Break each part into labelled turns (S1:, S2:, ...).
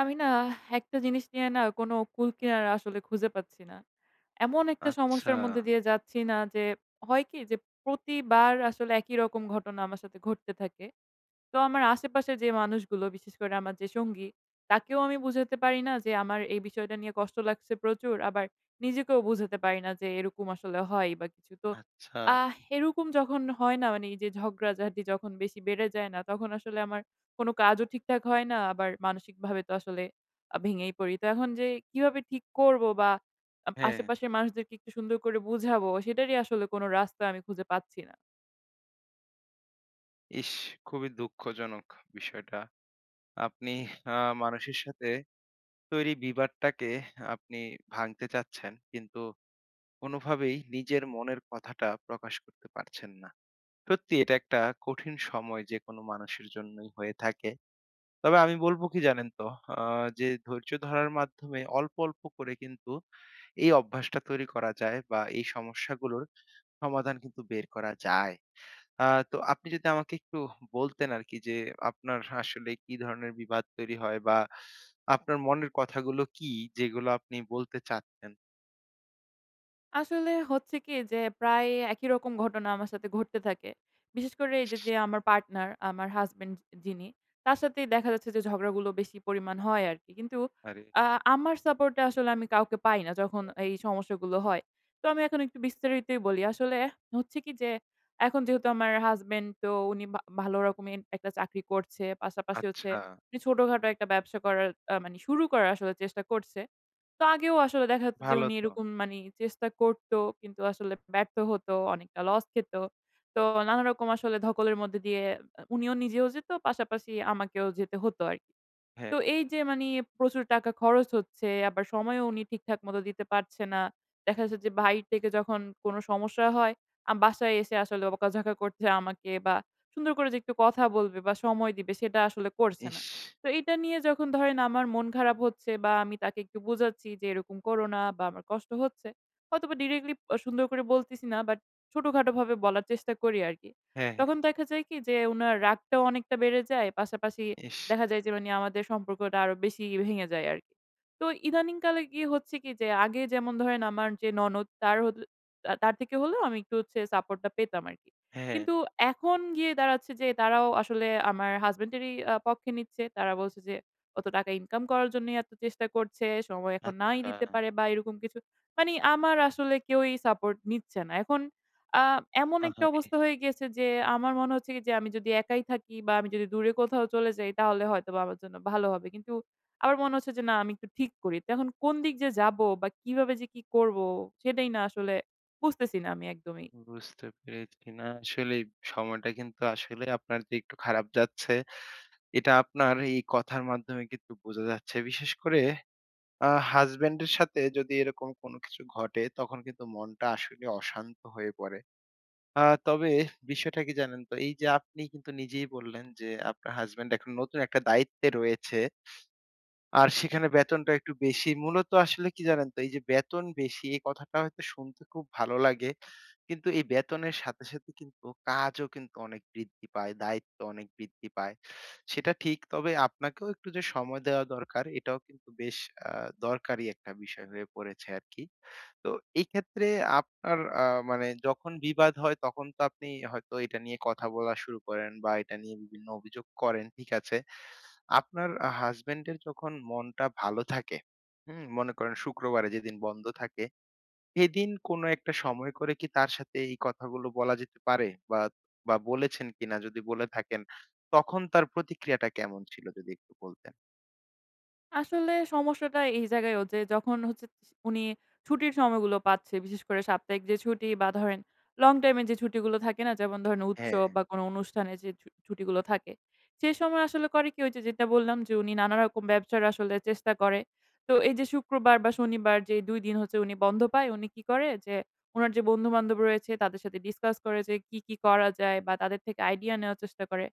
S1: আমি না একটা জিনিস নিয়ে না কোনো কুল কিনারা আসলে খুঁজে পাচ্ছি না। এমন একটা
S2: আচ্ছা,
S1: সমস্যার মধ্যে দিয়ে যাচ্ছি না যে হয় কি যে প্রতিবার আসলে একই রকম ঘটনা আমার সাথে ঘটতে থাকে। তো আমার আশেপাশে যে মানুষগুলো, বিশেষ করে আমার যে সঙ্গী, তাকেও আমি বুঝাতে পারি না যে আমার এই বিষয়টা নিয়ে কষ্ট লাগছে প্রচুর, আবার নিজেকেও বুঝাতে পারি না যে এরকম আসলে হয় বা কিছু। তো
S2: আচ্ছা।
S1: এরকম যখন হয় না, মানে এই যে ঝগড়াঝাটি যখন বেশি বেড়ে যায় না, তখন আসলে আমার কোনো কাজও ঠিকঠাক হয় না, আবার মানসিক ভাবে তো আসলে ভেঙেই পড়ি। তো এখন যে কিভাবে ঠিক করব বা
S2: হ্যাঁ,
S1: আশেপাশের মানুষদেরকে একটু সুন্দর করে বুঝাবো সেটারই আসলে কোনো রাস্তা আমি খুঁজে পাচ্ছি না।
S2: ইস! খুবই দুঃখজনক বিষয়টা। আপনি মানুষের সাথে তৈরি বিবাদটাকে আপনি ভাঙতে চাচ্ছেন, কিন্তু কোনোভাবেই নিজের মনের কথাটা প্রকাশ করতে পারছেন না। সত্যি এটা একটা কঠিন সময় যেকোনো মানুষের জন্যই হয়ে থাকে। তবে আমি বলব কি জানেন তো, আ যে ধৈর্য ধরার মাধ্যমে অল্প, অল্প করে কিন্তু এই অভ্যাসটা তৈরি করা যায় বা এই সমস্যাগুলোর সমাধান কিন্তু বের করা যায়। আ তো আপনি যদি আমাকে একটু বলতেন আরকি যে, আপনার আসলে কি ধরনের বিবাদ তৈরি হয়? বা আপনার মনের কথাগুলো কি, যেগুলো আপনি বলতে চাচ্ছেন?
S1: আসলে হচ্ছে কি যে, প্রায় একই রকম ঘটনা আমার সাথে ঘটতে থাকে। বিশেষ করে এই যে, যে আমার পার্টনার, আমার হাসব্যান্ড যিনি, তার সাথেই দেখা যাচ্ছে যে ঝগড়াগুলো বেশি পরিমাণ হয় আরকি। কিন্তু
S2: আরে
S1: আ আমার সাপোর্টটা আসলে আমি কাউকে পাই না যখন এই সমস্যাগুলো হয়। তো আমি এখন একটু বিস্তারিতই বলি। আসলে হচ্ছে কি যে, এখন যেহেতু আমার হাসব্যান্ড, তো উনি ভালো রকমের একটা চাকরি করছে। পাশাপাশি
S2: আচ্ছা,
S1: হচ্ছে, উনি ছোটখাটো একটা ব্যবসা করার, মানে শুরু করার আসলে চেষ্টা করছে। তো আগেও আসলে দেখা যেত যে
S2: ভালো
S1: উনি
S2: তো।
S1: এরকম মানি চেষ্টা করত, কিন্তু আসলে ব্যর্থ হতো, অনেকটা লস খেত। তো নানা রকম আসলে ধকলের মধ্যে দিয়ে উনিও নিজেও যেত, পাশাপাশি আমাকেও যেতে হতো আরকি।
S2: হ্যাঁ,
S1: তো এই যে মানি প্রচুর টাকা খরচ হচ্ছে, আবার সময়ও উনি ঠিকঠাক মতো দিতে পারছে না। দেখা যাচ্ছে যে বাহির থেকে যখন কোনো সমস্যা হয়, বাসায় এসে আসলে বকাঝকা করছে আমাকে, বা সুন্দর করে যে একটু কথা বলবে বা সময় দিবে সেটা আসলে করছে না।
S2: ইস!
S1: তো এটা নিয়ে যখন ধরেন আমার মন খারাপ হচ্ছে বা আমি তাকে একটু বোঝাচ্ছি যে, "এরকম করো না বা আমার কষ্ট হচ্ছে।" হয়তোবা ডিরেক্টলি সুন্দর করে বলতেছি না, বাট ছোটখাটোভাবে বলার চেষ্টা করি আরকি।
S2: হ্যাঁ, হ্যাঁ,
S1: তখন দেখা যায় কি যে উনার রাগটাও অনেকটা বেড়ে যায়। পাশাপাশি
S2: ইস!
S1: দেখা যায় যে মানে আমাদের সম্পর্কটা আরো বেশি ভেঙে যায় আরকি। তো ইদানিংকালে গিয়ে হচ্ছে কি যে, আগে যেমন ধরেন আমার যে ননদ, তার হল, তা তার থেকে হলেও আমি একটু হচ্ছে সাপোর্ট টা পেতাম আরকি।
S2: হ্যাঁ,
S1: কিন্তু এখন গিয়ে দাঁড়াচ্ছে যে তারাও আসলে আমার হাসব্যান্ডেরই পক্ষে নিচ্ছে। তারা বলছে যে, অত টাকা ইনকাম করার জন্যই এত চেষ্টা করছে, সময় এখন নাই
S2: আচ্ছা।
S1: দিতে পারে বা এরকম কিছু। মানে আমার আসলে কেউই সাপোর্ট নিচ্ছে না। এখন আ এমন একটা
S2: আহারে!
S1: অবস্থা হয়ে গিয়েছে যে, আমার মনে হচ্ছে কি যে, আমি যদি একাই থাকি বা আমি যদি দূরে কোথাও চলে যাই তাহলে হয়তোবা আমার জন্য ভালো হবে। কিন্তু আবার মনে হচ্ছে যে, না আমি একটু ঠিক করি। তো এখন কোন দিক যে যাবো বা কিভাবে যে কি করব সেটাই না আসলে বুঝতেছি না আমি একদমই।
S2: বুঝতে পেরেছি। না আসলেই সময়টা কিন্তু আসলে আপনার যে একটু খারাপ যাচ্ছে, এটা আপনার এই কথার মাধ্যমে কিন্তু বোঝা যাচ্ছে। বিশেষ করে হাসব্যান্ডের সাথে যদি এরকম কোনো কিছু ঘটে, তখন কিন্তু মনটা আসলে অশান্ত হয়ে পড়ে। তবে বিষয়টা কি জানেন তো? এই যে আপনি কিন্তু নিজেই বললেন যে, আপনার হাসব্যান্ড এখন নতুন একটা দায়িত্বে রয়েছে। আর সেখানে বেতনটা একটু বেশি। মূলত আসলে কি জানেন তো? এই যে বেতন বেশি, এই কথাটা হয়তো শুনতে খুব ভালো লাগে। কিন্তু এই বেতনের সাথে, সাথে কিন্তু কাজও কিন্তু অনেক বৃদ্ধি পায়, দায়িত্ব অনেক বৃদ্ধি পায়। সেটা ঠিক। তবে আপনাকেও একটু যে সময় দেওয়া দরকার, এটাও কিন্তু বেশ আ দরকারি একটা বিষয় হয়ে পড়েছে আরকি। তো এই ক্ষেত্রে আপনার মানে যখন বিবাদ হয়, তখন তো আপনি হয়তো এটা নিয়ে কথা বলা শুরু করেন বা এটা নিয়ে বিভিন্ন অভিযোগ করেন, ঠিক আছে। আপনার হাসব্যান্ডের যখন মনটা ভালো থাকে, হুম? মনে করেন শুক্রবারে যেদিন বন্ধ থাকে সেদিন কোনো একটা সময় করে কি তার সাথে এই কথাগুলো বলা যেতে পারে? বা, বা বলেছেন কিনা? যদি বলে থাকেন, তখন তার প্রতিক্রিয়াটা কেমন ছিল? যদি একটু বলতেন।
S1: আসলে সমস্যাটা এই জায়গায়ও যে, যখন হচ্ছে উনি ছুটির সময়গুলো পাচ্ছে, বিশেষ করে সাপ্তাহিক যে ছুটি বা ধরেন লং টাইম এর যে ছুটিগুলো থাকে না? যেমন ধরেন
S2: হ্যাঁ,
S1: উৎসব বা কোনো অনুষ্ঠানে যে ছুটিগুলো থাকে, সে সময় আসলে করে কি? ওই যে যেটা বললাম, যে উনি নানা রকম ব্যবসার আসলে চেষ্টা করে। তো এই যে শুক্রবার বা শনিবার, যে ২ দিন হচ্ছে উনি বন্ধ পায়, উনি কি করে? যে উনার যে বন্ধু-বান্ধব রয়েছে তাদের সাথে ডিসকাস করে যে কি, কি করা যায়? বা তাদের থেকে আইডিয়া নেওয়ার চেষ্টা করে।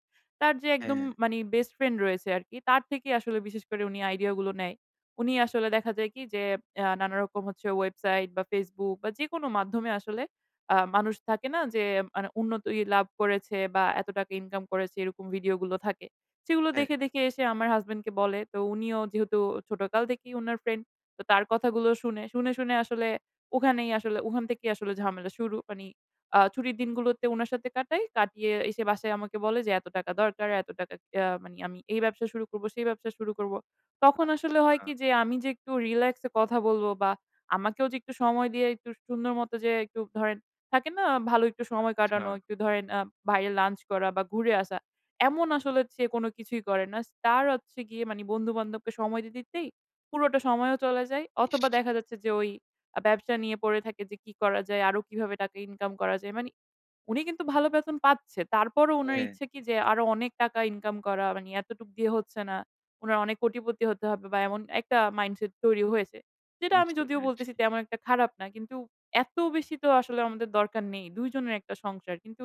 S1: তার যে একদম
S2: হ্যাঁ,
S1: মানি বেস্ট ফ্রেন্ড রয়েছে আরকি, তার থেকেই আসলে বিশেষ করে উনি আইডিয়া গুলো নেয়। উনি আসলে দেখা যায় কি যে, নানারকম হচ্ছে ওয়েবসাইট বা Facebook বা যেকোনো মাধ্যমে আসলে মানুষ থাকে না, যে মানে উন্নতি লাভ করেছে বা এত টাকা ইনকাম করেছে, এরকম ভিডিও গুলো থাকে। সেগুলো
S2: হ্যাঁ।
S1: দেখে, দেখে এসে আমার হাসব্যান্ডকে বলে। তো উনিও যেহেতু ছোটকাল থেকেই উনার ফ্রেন্ড, তো তার কথাগুলো শুনে, শুনে, শুনে আসলে ওখানেই আসলে, ওখান থেকেই আসলে ঝামেলা শুরু। মানি ছুটির দিনগুলোতে উনার সাথে কাটাই। কাটিয়ে এসে বাসায় আমাকে বলে যে, "এত টাকা দরকার, এত টাকা মানে আমি এই ব্যবসা শুরু করব, সেই ব্যবসা শুরু করব।" তখন আসলে হয় কি যে, আমি যে একটু রিল্যাক্স এ কথা বলব বা আমাকেও যে একটু সময় দিয়ে একটু সুন্দর মতো যে একটু ধরেন, থাকে না ভালো একটু সময়
S2: আচ্ছা।
S1: কাটানো, একটু ধরেন বাইরে লাঞ্চ করা বা ঘুরে আসা, এমন আসলে সে কোনো কিছুই করে না। তার হচ্ছে গিয়ে মানে বন্ধু-বান্ধবকে সময় দিতে, দিতেই পুরোটা সময়ও চলে যায়।
S2: ইস!
S1: অথবা দেখা যাচ্ছে যে ওই ব্যবসা নিয়ে পড়ে থাকে, যে কি করা যায়, আরো কিভাবে টাকা ইনকাম করা যায়। মানে উনি কিন্তু ভালো বেতন পাচ্ছে। তারপরও উনার
S2: হ্যাঁ।
S1: ইচ্ছে কি যে আরো অনেক টাকা ইনকাম করা, মানে এতটুক দিয়ে হচ্ছে না। উনার অনেক কোটিপতি হতে হবে বা এমন একটা মাইন্ডসেট তৈরি হয়েছে। যেটা আমি
S2: বুঝতে
S1: যদিও
S2: পেরেছি।
S1: বলতেছি তেমন একটা খারাপ না। কিন্তু এত বেশি তো আসলে আমাদের দরকার নেই। ২ জনের একটা সংসার। কিন্তু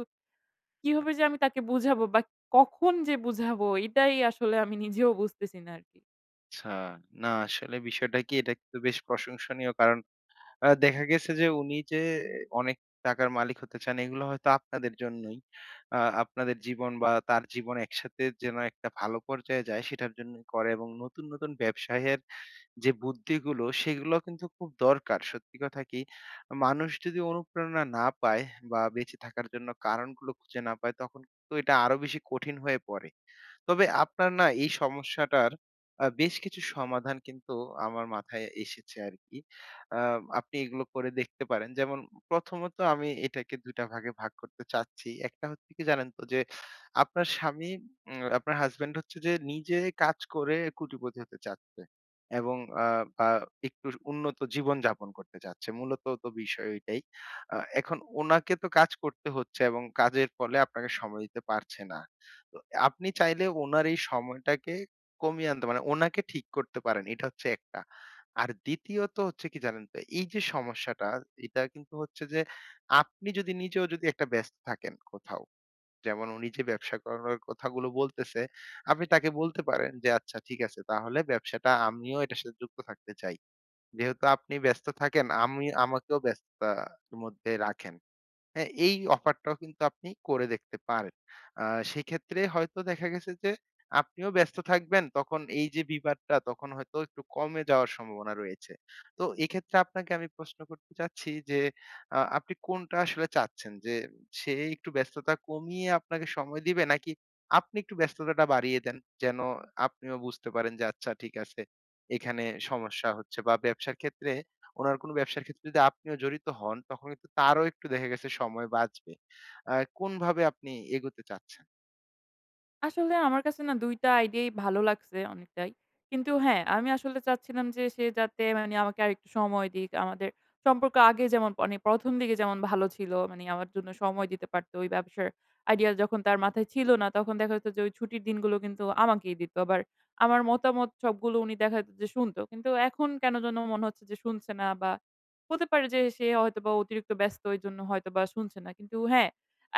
S1: কিভাবে যে আমি তাকে বুঝাবো বা কখন যে বুঝাবো এটাই আসলে আমি নিজেও বুঝতেছি না আরকি।
S2: আচ্ছা। না আসলে বিষয়টা কি এটা কিন্তু বেশ প্রশংসনীয়। কারণ দেখা গেছে যে উনি যে অনেক টাকার মালিক হতে চান এগুলো হয়তো আপনাদের জন্যই। আ আপনাদের জীবন বা তার জীবন একসাথে যেন একটা ভালো পর্যায়ে যায় সেটার জন্যই করে এবং নতুন, নতুন ব্যবসায়ের যে বুদ্ধিগুলো সেগুলো কিন্তু খুব দরকার। সত্যি কথা কি মানুষ যদি অনুপ্রেরণা না পায় বা বেঁচে থাকার জন্য কারণগুলো খুঁজে না পায়, তখন তো এটা আরো বেশি কঠিন হয়ে পড়ে। তবে আপনার না এই সমস্যাটার বেশ কিছু সমাধান কিন্তু আমার মাথায় এসেছে আরকি। আ আপনি এগুলো করে দেখতে পারেন। যেমন প্রথমত আমি এটাকে ২ টা ভাগে ভাগ করতে চাচ্ছি। একটা হচ্ছে কি জানেন তো? যে আপনার স্বামী উম আপনার হাসব্যান্ড হচ্ছে যে নিজে কাজ করে কোটিপতি হতে চাচ্ছে এবং আ আ একটু উন্নত জীবনযাপন করতে চাচ্ছে। মূলত তো বিষয় ওইটাই। এখন উনাকে তো কাজ করতে হচ্ছে এবং কাজের ফলে আপনাকে সময় দিতে পারছে না। তো আপনি চাইলে উনার এই সময়টাকে কমিয়ে আনতে মানে উনাকে ঠিক করতে পারেন। এটা হচ্ছে একটা। আর দ্বিতীয়ত হচ্ছে কি জানেন তো? এই যে সমস্যাটা, এটা কিন্তু হচ্ছে যে আপনি যদি নিজেও যদি একটা ব্যস্ত থাকেন কোথাও, যেমন উনি যে ব্যবসা করার কথাগুলো বলতেছে, আপনি তাকে বলতে পারেন যে, "আচ্ছা ঠিক আছে তাহলে ব্যবসাটা আমিও এটার সাথে যুক্ত থাকতে চাই।" যেহেতু আপনি ব্যস্ত থাকেন, আমি আমাকেও ব্যস্ততার মধ্যে রাখেন। হ্যাঁ, এই অফারটাও কিন্তু আপনি করে দেখতে পারেন। আ সেক্ষেত্রে হয়তো দেখা গেছে যে আপনিও ব্যস্ত থাকবেন। তখন এই যে বিবাদটা তখন হয়তো একটু কমে যাওয়ার সম্ভাবনা রয়েছে। তো এক্ষেত্রে আপনাকে আমি প্রশ্ন করতে চাচ্ছি যে আপনি কোনটা আসলে চাচ্ছেন? যে সে একটু ব্যস্ততা কমিয়ে আপনাকে সময় দিবে নাকি আপনি একটু ব্যস্ততাটা বাড়িয়ে দেন? যেন আপনিও বুঝতে পারেন যে আচ্ছা ঠিক আছে এখানে সমস্যা হচ্ছে বা ব্যবসার ক্ষেত্রে উনার কোনো ব্যবসার ক্ষেত্রে যদি আপনিও জড়িত হন, তখন কিন্তু তারও একটু দেখা গেছে সময় বাঁচবে। আ কোনভাবে আপনি এগোতে চাচ্ছেন?
S1: আসলে আমার কাছে না ২ টা আইডিয়াই ভালো লাগছে অনেকটাই। কিন্তু হ্যাঁ, আমি আসলে চাচ্ছিলাম যে সে যাতে মানে আমাকে আরেকটু সময় দিক। আমাদের সম্পর্ক আগে যেমন, মানে ১ম দিকে যেমন ভালো ছিল, মানে আমার জন্য সময় দিতে পারত। ওই ব্যবসার আইডিয়া যখন তার মাথায় ছিল না, তখন দেখা যেত যে ওই ছুটির দিনগুলো কিন্তু আমাকেই দিত। আবার আমার মতামত সবগুলো উনি দেখা যেত যে শুনত। কিন্তু এখন কেন যেন মনে হচ্ছে যে শুনছে না, বা হতে পারে যে সে হয়তোবা অতিরিক্ত ব্যস্ত, এজন্য হয়তোবা শুনছে না। কিন্তু হ্যাঁ,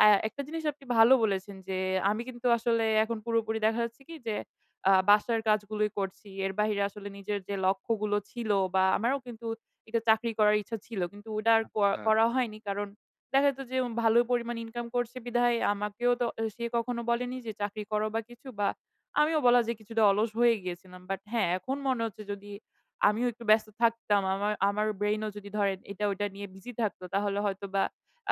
S1: আ একটা জিনিস আপনি ভালো বলেছেন যে, আমি কিন্তু আসলে এখন পুরোপুরি দেখা যাচ্ছে কি যে, বাসার কাজগুলোই করছি। এর বাহিরে আসলে নিজের যে লক্ষ্যগুলো ছিল, বা আমারও কিন্তু একটা চাকরি করার ইচ্ছা ছিল, কিন্তু ওটা আর
S2: আচ্ছা।
S1: করা হয়নি। কারণ দেখা যেত যে ভালো পরিমাণ ইনকাম করছে বিধায় আমাকেও তো সে কখনো বলেনি যে চাকরি করো বা কিছু, বা আমিও বলা যায় কিছুটা অলস হয়ে গিয়েছিলাম। বাট হ্যাঁ, এখন মনে হচ্ছে যদি আমিও একটু ব্যস্ত থাকতাম, আমার আমার ব্রেইনও যদি ধরেন এটা ওটা নিয়ে বিজি থাকতো, তাহলে হয়তোবা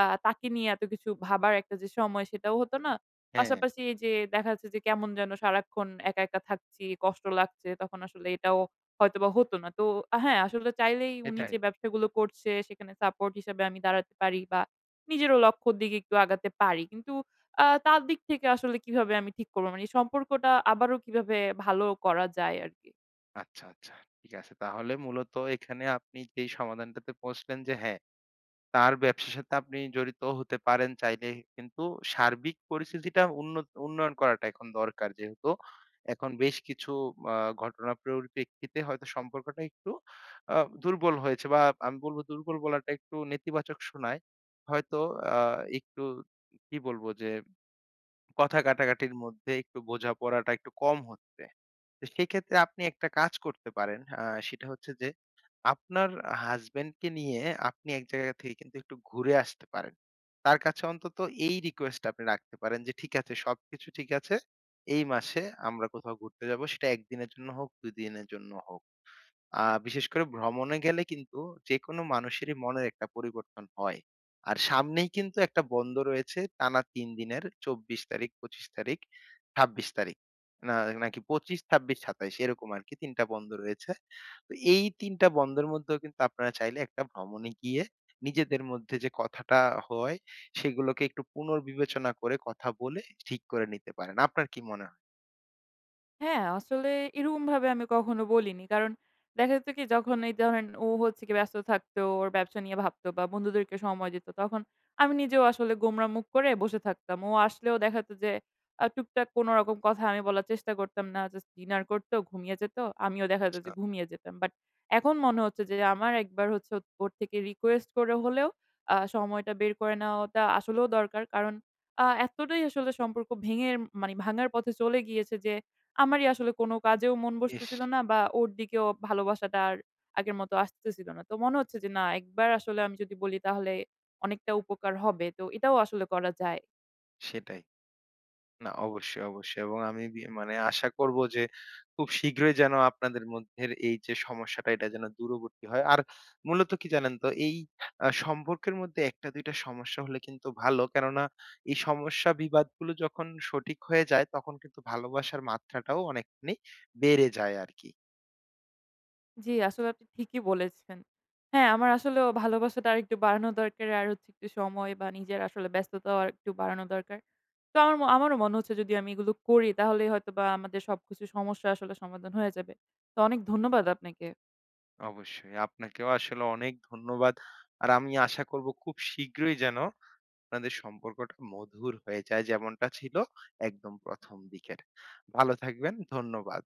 S1: তাকে নিয়ে এত কিছু ভাবার একটা যে সময়, সেটাও হতো না।
S2: হ্যাঁ,
S1: পাশাপাশি এই যে দেখা যাচ্ছে যে কেমন যেন সারাক্ষণ একা, একা থাকছি, কষ্ট লাগছে, তখন আসলে এটাও হয়তোবা হতো না। তো হ্যাঁ, আসলে চাইলেই উনি
S2: এটাই।
S1: যে ব্যবসাগুলো করছে সেখানে সাপোর্ট হিসেবে আমি দাঁড়াতে পারি, বা নিজেরও লক্ষ্যর দিকে একটু আগাতে পারি। কিন্তু তার দিক থেকে আসলে কিভাবে আমি ঠিক করব? মানে এই সম্পর্কটা আবারও কিভাবে ভালো করা যায় আরকি?
S2: আচ্ছা, আচ্ছা। ঠিক আছে। তাহলে মূলত এখানে আপনি যেই সমাধানটাতে পৌঁছলেন যে হ্যাঁ, তার ব্যবসার সাথে আপনি জড়িত হতে পারেন চাইলে। কিন্তু সার্বিক পরিস্থিতিটা উন্নয়ন করাটা এখন দরকার। যেহেতু এখন বেশ কিছু আ ঘটনার পরিপ্রেক্ষিতে হয়তো সম্পর্কটা একটু আ দুর্বল হয়েছে বা আমি বলব দুর্বল বলাটা একটু নেতিবাচক শোনায়। হয়তো আ একটু কি বলবো যে কথা কাটাকাটির মধ্যে একটু বোঝাপড়াটা একটু কম হচ্ছে। তো সেক্ষেত্রে আপনি একটা কাজ করতে পারেন। সেটা হচ্ছে যে, আপনার হাসব্যান্ডকে নিয়ে আপনি এক জায়গা থেকে কিন্তু একটু ঘুরে আসতে পারেন। তার কাছে অন্তত এই রিকোয়েস্টটা আপনি রাখতে পারেন যে, "ঠিক আছে, সবকিছু ঠিক আছে। এই মাসে আমরা কোথাও ঘুরতে যাব। সেটা ১ দিনের জন্য হোক, ২ দিনের জন্য হোক।" বিশেষ করে ভ্রমণে গেলে কিন্তু যেকোনো মানুষেরই মনের একটা পরিবর্তন হয়। আর সামনেই কিন্তু একটা বন্ধ রয়েছে টানা ৩ দিনের ২৪ তারিখ, ২৫ তারিখ, ২৬ তারিখ। না নাকি ২৫, ২৬, ২৭ এরকম আরকি ৩ টা বন্ধ রয়েছে। তো এই ৩ টা বন্ধের মধ্যেও কিন্তু আপনারা চাইলে একটা ভ্রমণে গিয়ে নিজেদের মধ্যে যে কথাটা হয় সেগুলোকে একটু পুনর্বিবেচনা করে কথা বলে ঠিক করে নিতে পারেন। আপনার কি মনে হয়?
S1: হ্যাঁ, আসলে এরকমভাবে আমি কখনো বলিনি। কারণ দেখা যেত কি, যখন এই ধরেন ও হচ্ছে গিয়ে ব্যস্ত থাকতো, ওর ব্যবসা নিয়ে ভাবতো বা বন্ধুদেরকে সময় দিত, তখন আমি নিজেও আসলে গোমড়া মুখ করে বসে থাকতাম। ও আসলেও দেখা যেত যে টুকটাক কোনো রকম কথা আমি বলার চেষ্টা করতাম না। জাস্ট ডিনার করতো, ঘুমিয়ে যেত। আমিও দেখা যেত
S2: আচ্ছা,
S1: যে ঘুমিয়ে যেতাম। বাট এখন মনে হচ্ছে যে, আমার একবার হচ্ছে ও ওর থেকে রিকোয়েস্ট করে হলেও সময়টা বের করে নেওয়াটা আসলেও দরকার। কারণ এতটাই আসলে সম্পর্ক ভেঙে, মানে ভাঙার পথে চলে গিয়েছে যে, আমারই আসলে কোনো কাজেও মন
S2: ইস!
S1: বসতেছিল না, বা ওর দিকেও ভালোবাসাটা আর আগের মতো আসতেছিল না। তো মনে হচ্ছে যে না, একবার আসলে আমি যদি বলি তাহলে অনেকটা উপকার হবে। তো এটাও আসলে করা যায়।
S2: সেটাই। না অবশ্যই, অবশ্যই এবং আমি মানে আশা করব যে খুব শীঘ্রই যেন আপনাদের মধ্যের এই যে সমস্যাটা এটা যেন দূরবর্তী হয়। আর মূলত কি জানেন তো এই সম্পর্কের মধ্যে ১ ২ টা সমস্যা হলে কিন্তু ভালো। কেননা এই সমস্যা বিবাদগুলো যখন সঠিক হয়ে যায় তখন কিন্তু ভালোবাসার মাত্রাটাও অনেকখানি বেড়ে যায় আরকি।
S1: জি, আসলে আপনি ঠিকই বলেছেন। হ্যাঁ, আমার আসলেও ভালোবাসাটা আরেকটু বাড়ানো দরকার। আর হচ্ছে একটু সময় বা নিজের আসলে ব্যস্ততাও আরেকটু বাড়ানো দরকার। তো আমার আমারও মনে হচ্ছে যদি আমি এগুলো করি তাহলে হয়তোবা আমাদের সবকিছু সমস্যা আসলে সমাধান হয়ে যাবে। তো অনেক ধন্যবাদ আপনাকে।
S2: অবশ্যই আপনাকেও আসলে অনেক ধন্যবাদ। আর আমি আশা করব খুব শীঘ্রই যেন আপনাদের সম্পর্কটা মধুর হয়ে যায় যেমনটা ছিল একদম প্রথম দিকের। ভালো থাকবেন। ধন্যবাদ।